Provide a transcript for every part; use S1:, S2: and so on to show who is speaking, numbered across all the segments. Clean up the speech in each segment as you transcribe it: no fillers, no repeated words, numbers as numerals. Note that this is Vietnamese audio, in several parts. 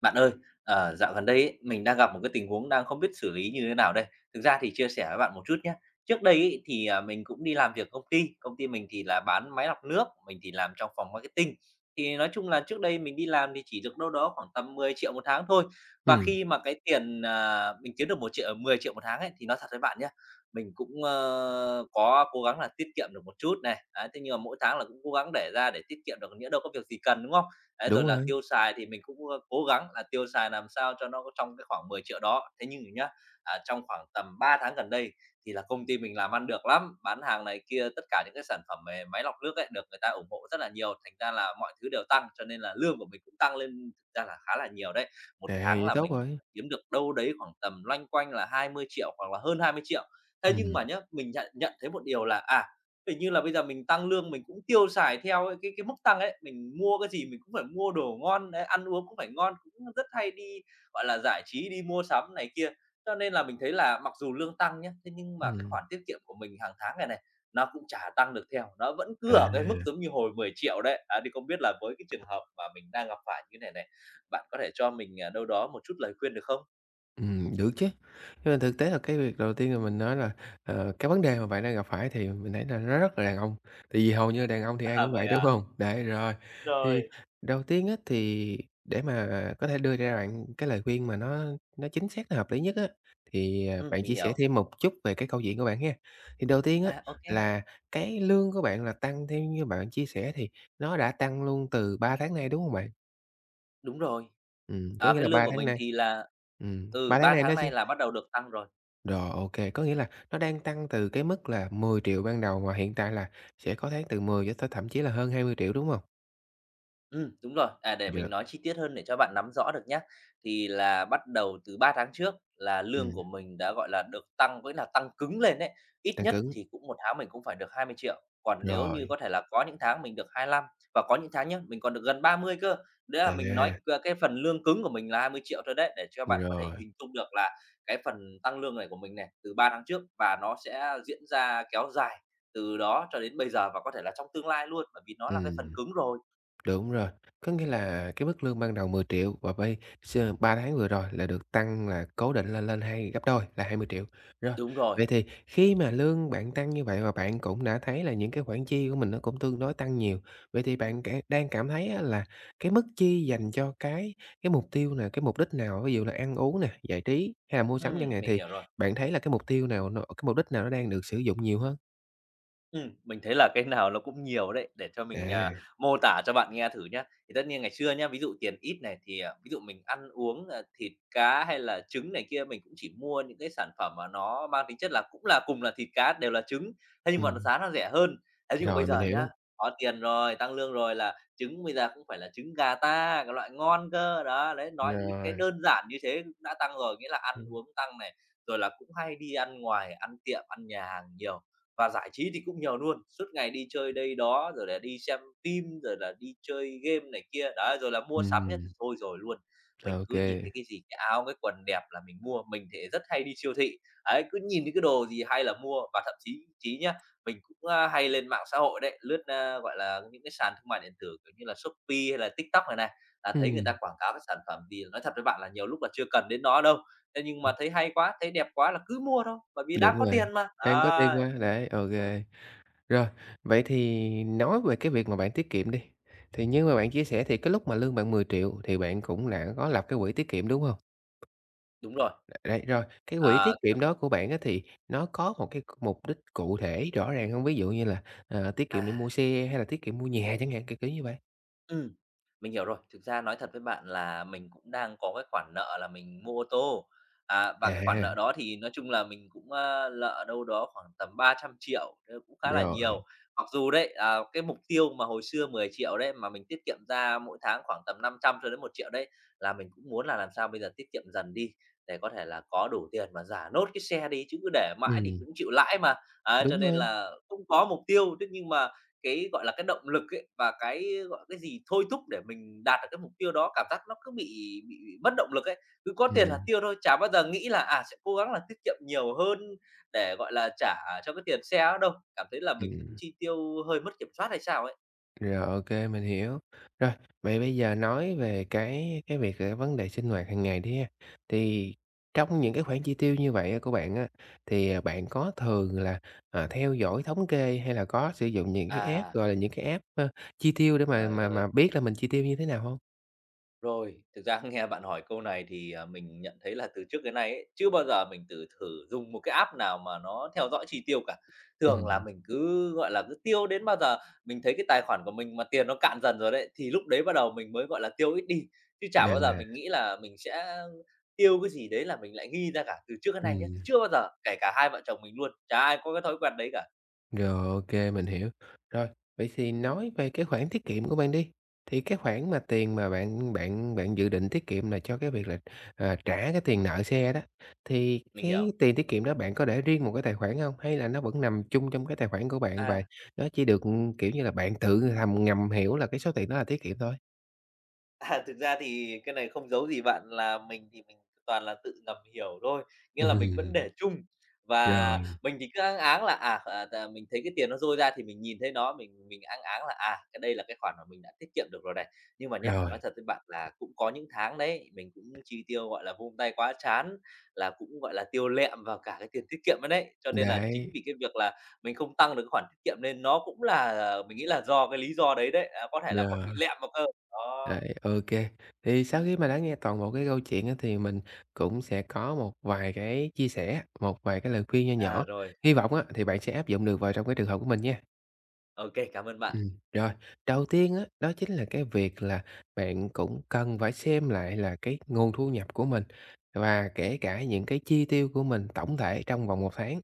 S1: Bạn ơi, dạo gần đây ấy, mình đang gặp một cái tình huống đang không biết xử lý như thế nào đây. Thực ra thì chia sẻ với bạn một chút nhé. Trước đây ấy, thì mình cũng đi làm việc công ty mình thì là bán máy lọc nước, mình thì làm trong phòng marketing. Thì nói chung là trước đây mình đi làm thì chỉ được đâu đó khoảng tầm 10 triệu một tháng thôi. Và
S2: Ừm,
S1: khi mà cái tiền à, mình kiếm được một triệu 10 triệu một tháng ấy thì nói thật với bạn nhé, mình cũng có cố gắng là tiết kiệm được một chút này. Đấy, thế nhưng mà mỗi tháng là cũng cố gắng để ra để tiết kiệm được nhỡ đâu có việc gì cần đúng không? Đấy,
S2: đúng
S1: rồi là
S2: rồi.
S1: tiêu xài thì mình cũng cố gắng là tiêu xài làm sao cho nó có trong cái khoảng 10 triệu đó. Thế nhưng nhá, trong khoảng tầm 3 tháng gần đây thì là công ty mình làm ăn được lắm, bán hàng này kia, tất cả những cái sản phẩm về máy lọc nước ấy, được người ta ủng hộ rất là nhiều, thành ra là mọi thứ đều tăng, cho nên là lương của mình cũng tăng lên thực ra là khá là nhiều đấy. Một
S2: À,
S1: tháng
S2: vậy
S1: là
S2: tốt
S1: mình
S2: rồi.
S1: kiếm được đâu đấy khoảng tầm loanh quanh là 20 triệu hoặc là hơn 20 triệu. Thế nhưng
S2: Ừm,
S1: mà nhá, mình nhận nhận thấy một điều là, hình như là bây giờ mình tăng lương mình cũng tiêu xài theo cái mức tăng ấy, mình mua cái gì mình cũng phải mua đồ ngon, đấy, ăn uống cũng phải ngon, cũng rất hay đi, gọi là, giải trí, đi mua sắm này kia. Cho nên là mình thấy là mặc dù lương tăng nhá, thế nhưng mà cái
S2: ừm,
S1: khoản tiết kiệm của mình hàng tháng này này, nó cũng chả tăng được theo, nó vẫn cứ
S2: à.
S1: ở cái mức giống như hồi 10 triệu đấy. Á, thì không biết là với cái trường hợp mà mình đang gặp phải như thế này này, bạn có thể cho mình, đâu đó một chút lời khuyên được không?
S2: Được chứ. Nhưng mà thực tế là cái việc đầu tiên là mình nói là, cái vấn đề mà bạn đang gặp phải thì mình thấy là nó rất là đàn ông, tại vì hầu như là đàn ông thì ai
S1: À,
S2: cũng vậy,
S1: vậy
S2: đúng
S1: à?
S2: không? Đấy, rồi, thì
S1: Rồi.
S2: đầu tiên á, thì để mà có thể đưa ra bạn cái lời khuyên mà nó chính xác, nó hợp lý nhất á, thì, bạn
S1: Mình
S2: chia sẻ
S1: hiểu.
S2: thêm một chút về cái câu chuyện của bạn ha. Thì đầu tiên á,
S1: À, OK.
S2: là cái lương của bạn là tăng theo như bạn chia sẻ thì nó đã tăng luôn từ 3 tháng nay, đúng không bạn?
S1: Đúng rồi.
S2: Có
S1: À,
S2: nghĩa
S1: cái
S2: là
S1: lương
S2: 3
S1: của
S2: tháng
S1: mình
S2: nay
S1: thì là ừ,
S2: 3 tháng
S1: 3
S2: nay nó
S1: tháng
S2: sẽ
S1: nay là bắt đầu được tăng rồi.
S2: rồi, OK, có nghĩa là nó đang tăng từ cái mức là 10 triệu ban đầu mà hiện tại là sẽ có tháng từ 10 cho tới thậm chí là hơn 20 triệu đúng không?
S1: Ừ đúng rồi. À, để mình
S2: Được.
S1: nói chi tiết hơn để cho bạn nắm rõ được nhé. Thì là bắt đầu từ 3 tháng trước là lương
S2: Ừm,
S1: của mình đã, gọi là, được tăng với là tăng cứng lên đấy, ít
S2: tăng
S1: nhất
S2: cứng,
S1: thì cũng một tháng mình cũng phải được 20 triệu, còn nếu như
S2: rồi,
S1: có thể là có những tháng mình được 25 triệu, và có những tháng nhé mình còn được gần 30 triệu cơ. Đấy là mình nói
S2: à,
S1: c cái phần lương cứng của mình là 20 triệu thôi đấy, để cho bạn có thể
S2: rồi,
S1: hình dung được là cái phần tăng lương này của mình này, từ 3 tháng trước và nó sẽ diễn ra kéo dài từ đó cho đến bây giờ và có thể là trong tương lai luôn, bởi vì nó là cái
S2: ừm.
S1: phần cứng rồi.
S2: Đúng rồi, có nghĩa là cái mức lương ban đầu 10 triệu và bây s 3 tháng vừa rồi là được tăng là cố định là lên gấp đôi là 20.000.000. Rồi,
S1: Đúng rồi.
S2: vậy thì khi mà lương bạn tăng như vậy và bạn cũng đã thấy là những cái khoản chi của mình nó cũng tương đối tăng nhiều, vậy thì bạn cả đang cảm thấy á là cái mức chi dành cho cái mục tiêu nè, cái mục đích nào, ví dụ là ăn uống nè, giải trí hay là mua sắm chẳng hạn,
S1: Mình
S2: thì
S1: hiểu rồi.
S2: bạn thấy là cái mục tiêu nào nó cái mục đích nào nó đang được sử dụng nhiều hơn?
S1: Mình thấy là cái nào nó cũng nhiều đấy, để cho mình,
S2: À,
S1: mô tả cho bạn nghe thử nhá. Thì tất nhiên ngày xưa nhá, ví dụ tiền ít này, thì ví dụ mình ăn uống, thịt cá hay là trứng này kia, mình cũng chỉ mua những cái sản phẩm mà nó mang tính chất là cũng là cùng là thịt cá, đều là trứng, thế nhưng mà nó
S2: ừm,
S1: giá nó rẻ hơn. Thế nhưng mà bây
S2: rồi, mình
S1: giờ
S2: hiểu.
S1: nhá, có tiền rồi, tăng lương rồi là trứng bây giờ cũng phải là trứng gà ta, cái loại ngon cơ. Đó, đấy, nói những cái
S2: Rồi.
S1: đơn giản như thế cũng đã tăng rồi, nghĩa là ăn
S2: Ừ.
S1: uống tăng này, rồi là cũng hay đi ăn ngoài, ăn tiệm, ăn nhà hàng nhiều. Và giải trí thì cũng nhiều luôn, suốt ngày đi chơi đây đó, rồi là đi xem phim, rồi là đi chơi game này kia, đấy, rồi là mua sắm nhất. Thôi rồi luôn, mình
S2: OK
S1: cứ
S2: kê.
S1: nhìn thấy cái gì, cái áo, cái quần đẹp là mình mua, mình thì rất hay đi siêu thị, ấy, cứ nhìn thấy cái đồ gì hay là mua. Và thậm chí chí nhá, mình cũng hay lên mạng xã hội đấy, lướt, gọi là, những cái sàn thương mại điện tử, kiểu như là Shopee hay là TikTok này này, là thấy người ta
S2: Ừm,
S1: quảng cáo cái sản phẩm gì nói thật với bạn là nhiều lúc là chưa cần đến nó đâu, thế nhưng mà
S2: ừm,
S1: thấy hay quá, thấy đẹp quá là cứ mua thôi, bởi vì đang
S2: đúng
S1: có
S2: rồi,
S1: tiền mà,
S2: đang có tiền
S1: đấy.
S2: mà, đấy, OK. Rồi, vậy thì nói về cái việc mà bạn tiết kiệm đi, thì như mà bạn chia sẻ thì cái lúc mà lương bạn 10 triệu thì bạn cũng đã có lập cái quỹ tiết kiệm, đúng hông?
S1: Đúng rồi,
S2: Đấy, rồi, cái quỹ tiết
S1: à, chậm
S2: kiệm đó của bạn á thì nó có một cái mục đích cụ thể rõ ràng hông? Ví dụ như là, tiết
S1: à,
S2: kiệm để mua xe hay là tiết kiệm mua nhà chẳng hạn, kiểu như vậy?
S1: ừm, mình hiểu rồi. Thực ra nói thật với bạn là mình cũng đang có cái khoản nợ là mình mua ô tô, và cái khoản
S2: À,
S1: nợ đó thì nói chung là mình cũng nợ đâu đó khoảng tầm 300 triệu thế cũng khá là
S2: rồi,
S1: nhiều. Mặc dù đấy, cái mục tiêu mà hồi xưa 10 triệu đấy, mà mình tiết kiệm ra mỗi tháng khoảng tầm 500 nghìn cho đến 1 triệu đấy, là mình cũng muốn là làm sao bây giờ tiết kiệm dần đi để có thể là có đủ tiền mà giả nốt cái xe đi, chứ cứ để mãi thì
S2: ừm,
S1: cũng chịu lãi mà. Ấy, cho
S2: đúng
S1: nên
S2: rồi,
S1: là cũng có mục tiêu, thế nhưng mà cái, gọi là, cái động lực ấy và cái, gọi, cái gì thôi thúc để mình đạt được cái mục tiêu đó, cảm giác nó cứ bị mất động lực ấy. Cứ có tiền là
S2: ừm,
S1: tiêu thôi, chả bao giờ nghĩ là, sẽ cố gắng là tiết kiệm nhiều hơn để, gọi là, trả cho cái tiền xe đó đâu. Cảm thấy là mình cũng
S2: ừm.
S1: chi tiêu hơi mất kiểm soát hay sao ấy.
S2: Rồi, OK, mình hiểu. Rồi, vậy bây giờ nói về cái việc cái vấn đề sinh hoạt hàng ngày đi ha. Thì trong những cái khoản chi tiêu như vậy á của bạn á, thì, bạn có thường là, theo dõi thống kê hay là có sử dụng những cái app,
S1: À,
S2: gọi là, những cái app, chi tiêu để mà
S1: trời
S2: mà
S1: ơi!
S2: mà biết là mình chi tiêu như thế nào không.
S1: Rồi, thực ra nghe bạn hỏi câu này thì mình nhận thấy là từ trước đến nay ấy, chưa bao giờ mình tự thử dùng một cái app nào mà nó theo dõi chi tiêu cả. Thường là
S2: Ừm,
S1: mình cứ, gọi là, cứ tiêu đến bao giờ mình thấy cái tài khoản của mình mà tiền nó cạn dần rồi đấy, thì lúc đấy bắt đầu mình mới, gọi là, tiêu ít đi, chứ chả
S2: là
S1: bao giờ mình nghĩ là mình sẽ tiêu cái gì đấy là mình lại ghi ra cả, từ trước đến nay nhé,
S2: ừm.
S1: chưa bao giờ, kể cả hai vợ chồng mình luôn, chả ai có cái thói quen đấy cả.
S2: Rồi, OK, mình hiểu. Rồi, vậy thì nói về cái khoản tiết kiệm của bạn đi, thì cái khoản mà tiền mà bạn bạn bạn dự định tiết kiệm là cho cái việc là, trả cái tiền nợ xe đó, thì
S1: Mình hiểu.
S2: cái tiền tiết kiệm đó bạn có để riêng một cái tài khoản không? Hay là nó vẫn nằm chung trong cái tài khoản của bạn và
S1: À.
S2: nó chỉ được, kiểu như là, bạn tự thầm ngầm hiểu là cái số tiền đó là tiết kiệm thôi?
S1: À, thực ra thì cái này không giấu gì bạn là mình thì mình toàn là tự ngầm hiểu thôi, nghĩa là mình vẫn
S2: Ừm,
S1: để chung. Và
S2: rồi,
S1: mình thì cứ áng áng là, mình thấy cái tiền nó dôi ra thì mình nhìn thấy nó, mình áng áng là, cái đây là cái khoản mà mình đã tiết kiệm được rồi này. Nhưng mà nhá, nói
S2: rồi,
S1: thật với bạn là cũng có những tháng đấy, mình cũng chi tiêu, gọi là, vung tay quá chán là cũng, gọi là, tiêu lẹm vào cả cái tiền tiết kiệm ấy đấy. Cho nên là chính
S2: đấy,
S1: vì cái việc là mình không tăng được cái khoản tiết kiệm nên nó cũng là mình nghĩ là do cái lý do đấy đấy, có thể là còn
S2: rồi.
S1: bị lẹm vào cơ. Đó.
S2: Rồi, ô. Thì sau khi mà đã nghe toàn bộ cái câu chuyện á, thì mình cũng sẽ có một vài cái chia sẻ, một vài cái lời khuyên nho
S1: À,
S2: nhỏ.
S1: rồi,
S2: Hy vọng á, thì bạn sẽ áp dụng được vào trong cái trường hợp của mình nha.
S1: OK, cảm ơn bạn.
S2: Rồi, đầu tiên á, đó chính là cái việc là bạn cũng cần phải xem lại là cái nguồn thu nhập của mình và kể cả những cái chi tiêu của mình tổng thể trong vòng một tháng.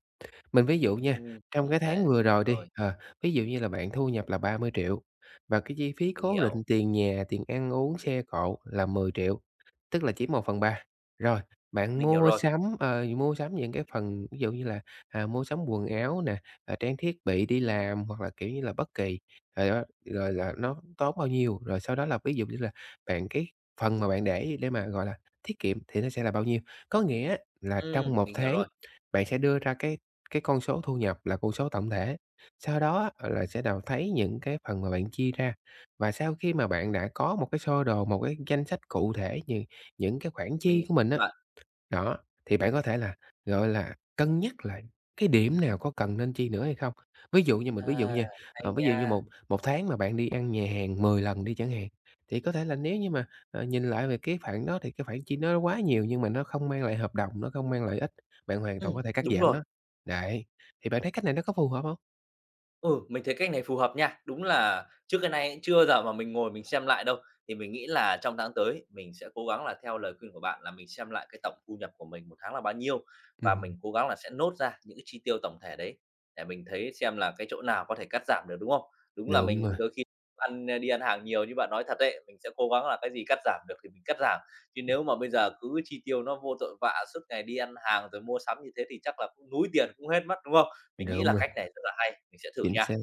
S2: Mình ví dụ nha, trong
S1: Tổng
S2: cái tháng
S1: thể,
S2: vừa rồi đi,
S1: rồi,
S2: ví dụ như là bạn thu nhập là 30 triệu và cái chi phí
S1: mình
S2: cố định
S1: hiểu,
S2: tiền nhà, tiền ăn uống, xe cộ là 10 triệu tức là chỉ một phần ba. Rồi, bạn
S1: mình hiểu
S2: mua
S1: rồi.
S2: sắm, mua sắm những cái phần ví dụ như là, mua sắm quần áo nè, trang thiết bị đi làm hoặc là, kiểu như là, bất kỳ, rồi đó, rồi là nó tốn bao nhiêu, rồi sau đó là ví dụ như là bạn cái phần mà bạn để mà, gọi là, tiết kiệm thì nó sẽ là bao nhiêu. Có nghĩa là trong một
S1: Mình hiểu
S2: tháng
S1: rồi,
S2: bạn sẽ đưa ra cái con số thu nhập là con số tổng thể, sau đó á là sẽ đào thấy những cái phần mà bạn chia ra. Và sau khi mà bạn đã có một cái sơ đồ, một cái danh sách cụ thể như những cái khoản
S1: mình
S2: chi của mình
S1: hiểu
S2: á,
S1: bạn.
S2: đó, thì bạn có thể là, gọi là, cân nhắc lại cái điểm nào có cần nên chi nữa hay không. Ví dụ như mình
S1: À,
S2: ví dụ nha,
S1: hay
S2: ví dụ như một
S1: nha.
S2: một tháng mà bạn đi ăn nhà hàng 10 lần đi chẳng hạn, thì có thể là nếu như mà, nhìn lại về cái khoản đó thì cái khoản chi nó quá nhiều nhưng mà nó không mang lại hợp đồng, nó không mang lại lợi ích, bạn hoàn toàn có
S1: Ừm,
S2: thể cắt
S1: đúng
S2: giảm
S1: rồi.
S2: nó. Đấy, thì bạn thấy cách này nó có phù hợp hông?
S1: Ừ, mình thấy cách này phù hợp nha. Đúng là trước cái này chưa bao giờ mà mình ngồi mình xem lại đâu. Thì mình nghĩ là trong tháng tới mình sẽ cố gắng là theo lời khuyên của bạn là mình xem lại cái tổng thu nhập của mình một tháng là bao nhiêu và
S2: Ừm,
S1: mình cố gắng là sẽ nốt ra những cái chi tiêu tổng thể đấy để mình thấy xem là cái chỗ nào có thể cắt giảm được, đúng không? Đúng là
S2: đúng rồi,
S1: mình đôi khi đi ăn hàng nhiều như bạn nói thật đấy, mình sẽ cố gắng là cái gì cắt giảm được thì mình cắt giảm. Chứ nếu mà bây giờ cứ chi tiêu nó vô tội vạ suốt ngày đi ăn hàng rồi mua sắm như thế thì chắc là cũng núi tiền cũng hết mất, đúng không? Mình nghĩ
S2: đúng
S1: là
S2: rồi.
S1: cách này rất là hay, mình sẽ thử
S2: Chính
S1: nha.
S2: xác.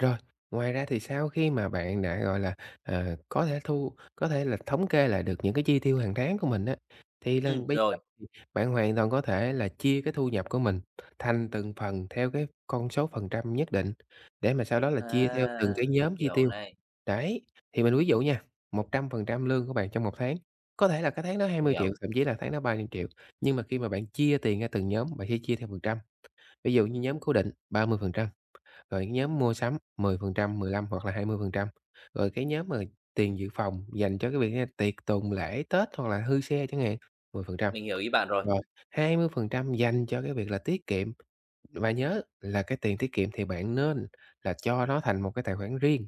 S2: Rồi, ngoài ra thì sau khi mà bạn đã, gọi là, có thể có thể là thống kê lại được những cái chi tiêu hàng tháng của mình á, thì lần bây giờ
S1: Rồi,
S2: thì bạn hoàn toàn có thể là chia cái thu nhập của mình thành từng phần theo cái con số phần trăm nhất định, để mà sau đó là chia theo từng
S1: à,
S2: cái nhóm chi
S1: hiểu
S2: tiêu.
S1: này,
S2: Đấy, thì mình ví dụ nha, 100% lương của bạn trong một tháng, có thể là cái tháng đó hai
S1: mình
S2: mươi triệu
S1: hiểu,
S2: thậm chí là tháng đó 30 triệu nhưng mà khi mà bạn chia tiền ra từng nhóm, bạn sẽ chia theo phần trăm. Ví dụ như nhóm cố định 30% rồi cái nhóm mua sắm 10%, 15 hoặc là 20%. Rồi cái nhóm mà tiền dự phòng dành cho cái việc như là tiệc tùng lễ, Tết hoặc là hư xe chẳng hạn, 10%.
S1: Mình hiểu ý bạn rồi.
S2: Rồi 20% dành cho cái việc là tiết kiệm và nhớ là cái tiền tiết kiệm thì bạn nên là cho nó thành một cái tài khoản riêng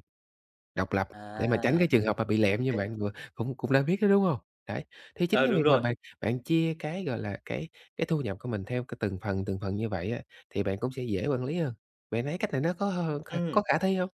S2: độc lập, để mà tránh cái
S1: À,
S2: trường hợp mà bị
S1: ô
S2: lẹm như bạn vừa cũng cũng đã biết đó, đúng hông? Đấy, thì chính
S1: ờ,
S2: cái
S1: đúng
S2: việc mà
S1: rồi,
S2: bạn bạn chia cái, gọi là, cái thu nhập của mình theo cái từng phần như vậy á, thì bạn cũng sẽ dễ quản lý hơn. Bạn thấy cách này nó có khả
S1: ừ.
S2: khả thi hông?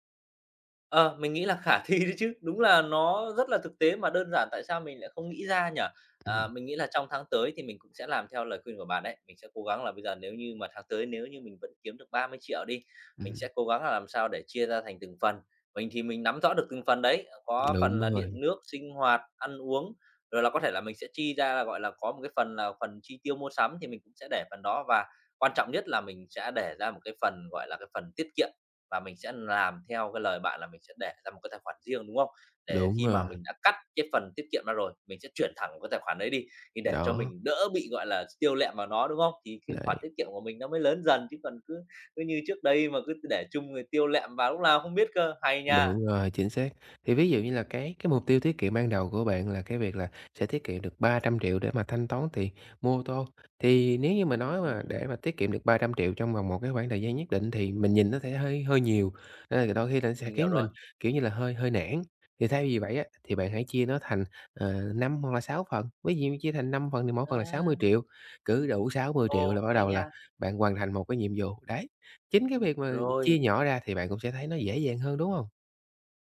S1: Ờ, Mình nghĩ là khả thi đấy chứ, đúng là nó rất là thực tế mà đơn giản tại sao mình lại không nghĩ ra nhỉ?
S2: Ừm,
S1: Mình nghĩ là trong tháng tới thì mình cũng sẽ làm theo lời khuyên của bạn đấy, mình sẽ cố gắng là bây giờ nếu như mà tháng tới nếu như mình vẫn kiếm được 30 triệu đi, mình
S2: ừm,
S1: sẽ cố gắng là làm sao để chia ra thành từng phần. Mình thì mình nắm rõ được từng phần đấy, có
S2: đúng
S1: phần là điện
S2: rồi,
S1: nước, sinh hoạt, ăn uống, rồi là có thể là mình sẽ chi ra là, gọi là, có một cái phần là phần chi tiêu mua sắm thì mình cũng sẽ để phần đó và quan trọng nhất là mình sẽ để ra một cái phần, gọi là, cái phần tiết kiệm và mình sẽ làm theo cái lời bạn là mình sẽ để ra một cái tài khoản riêng, đúng không? Để
S2: đúng
S1: khi mà
S2: rồi,
S1: mình đã cắt cái phần tiết kiệm ra rồi, mình sẽ chuyển thẳng vào cái tài khoản đấy đi, thì để cho
S2: đó,
S1: mình đỡ bị, gọi là, tiêu lẹm vào nó, đúng không? Thì cái khoản
S2: đấy.
S1: tiết kiệm của mình nó mới lớn dần, chứ còn cứ cứ như trước đây mà cứ để chung người tiêu lẹm vào lúc nào không biết cơ. Hay nha!
S2: Đúng rồi, chính xác. Thì ví dụ như là cái mục tiêu tiết kiệm ban đầu của bạn là cái việc là sẽ tiết kiệm được 300 triệu để mà thanh toán tiền mua ô tô. Thì nếu như mà nói mà
S1: Ừm,
S2: để mà tiết kiệm được 300 triệu trong vòng một cái khoảng thời gian nhất định thì mình nhìn nó sẽ hơi hơi nhiều, nên là đôi khi là nó sẽ
S1: mình hiểu
S2: khiến mình,
S1: rồi.
S2: kiểu như là, hơi hơi nản. Thì thay vì vậy á, thì bạn hãy chia nó thành, 5 hoặc là 6 phần, ví dụ như chia thành 5 phần thì mỗi phần là sáu mươi
S1: A,
S2: triệu. Cứ đủ 60 triệu là
S1: ồ,
S2: bắt
S1: hay
S2: đầu là
S1: nha!
S2: bạn hoàn thành một cái nhiệm vụ. Đấy, chính cái việc mà
S1: Rồi.
S2: chia nhỏ ra thì bạn cũng sẽ thấy nó dễ dàng hơn, đúng không?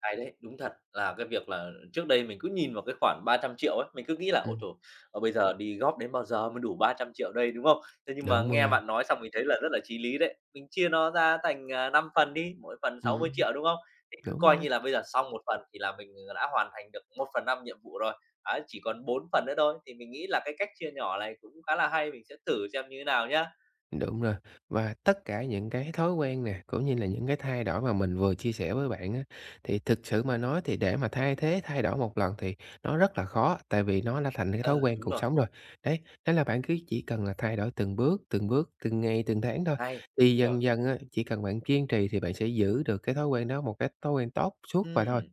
S1: Hay đấy, đúng thật là cái việc là trước đây mình cứ nhìn vào cái khoản 300 triệu ấy, mình cứ nghĩ là "Ôi
S2: Ừm,
S1: trời, bây giờ đi góp đến bao giờ mới đủ 300 triệu đây", đúng không? Thế nhưng mà
S2: đúng
S1: nghe
S2: rồi,
S1: bạn nói xong mình thấy là rất là chí lý đấy, mình chia nó ra thành, 5 phần đi, mỗi phần sáu mươi
S2: ừm,
S1: triệu đúng không? Thì cứ
S2: đúng
S1: coi
S2: rồi,
S1: như là bây giờ xong một phần thì là mình đã hoàn thành được một phần năm nhiệm vụ rồi, ấy, chỉ còn 4 phần nữa thôi, thì mình nghĩ là cái cách chia nhỏ này cũng khá là hay, mình sẽ thử xem như thế nào nhá.
S2: đúng rồi. Và tất cả những cái thói quen nè, cũng như là những cái thay đổi mà mình vừa chia sẻ với bạn á, thì thực sự mà nói thì để mà thay thế, thay đổi một lần thì nó rất là khó, tại vì nó đã thành cái thói
S1: Ờ,
S2: quen
S1: Đúng
S2: cuộc
S1: rồi,
S2: sống rồi. Đấy, nên là bạn cứ chỉ cần là thay đổi từng bước, từng bước, từng ngày, từng tháng thôi,
S1: hay,
S2: thì
S1: đúng
S2: dần
S1: rồi.
S2: dần á, chỉ cần bạn kiên trì thì bạn sẽ giữ được cái thói quen đó một cái thói quen tốt suốt và thôi.
S1: Ừm.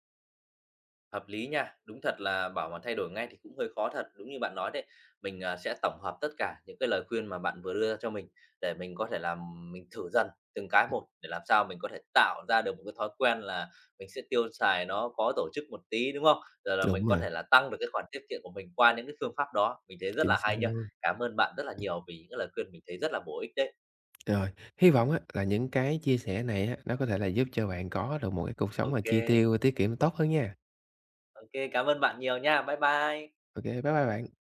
S1: Hợp lý nha, đúng thật là bảo mà thay đổi ngay thì cũng hơi khó thật, đúng như bạn nói đấy. Mình sẽ tổng hợp tất cả những cái lời khuyên mà bạn vừa đưa ra cho mình để mình có thể làm mình thử dần từng cái một, để làm sao mình có thể tạo ra được một cái thói quen là mình sẽ tiêu xài nó có tổ chức một tí, đúng không? Rồi là mình
S2: Đúng
S1: có
S2: rồi,
S1: thể là tăng được cái khoản tiết kiệm của mình qua những cái phương pháp đó, mình thấy rất
S2: chính
S1: là
S2: xác
S1: hay nha.
S2: luôn.
S1: Cảm ơn bạn rất là nhiều vì những cái lời khuyên mình thấy rất là bổ ích đấy.
S2: Rồi, hy vọng á là những cái chia sẻ này á, nó có thể là giúp cho bạn có được một cái cuộc sống
S1: Ok,
S2: mà chi
S1: ok,
S2: tiêu tiết kiệm tốt hơn nha.
S1: cảm ơn bạn nhiều nha. Bye bye.
S2: OK, bye bye bạn.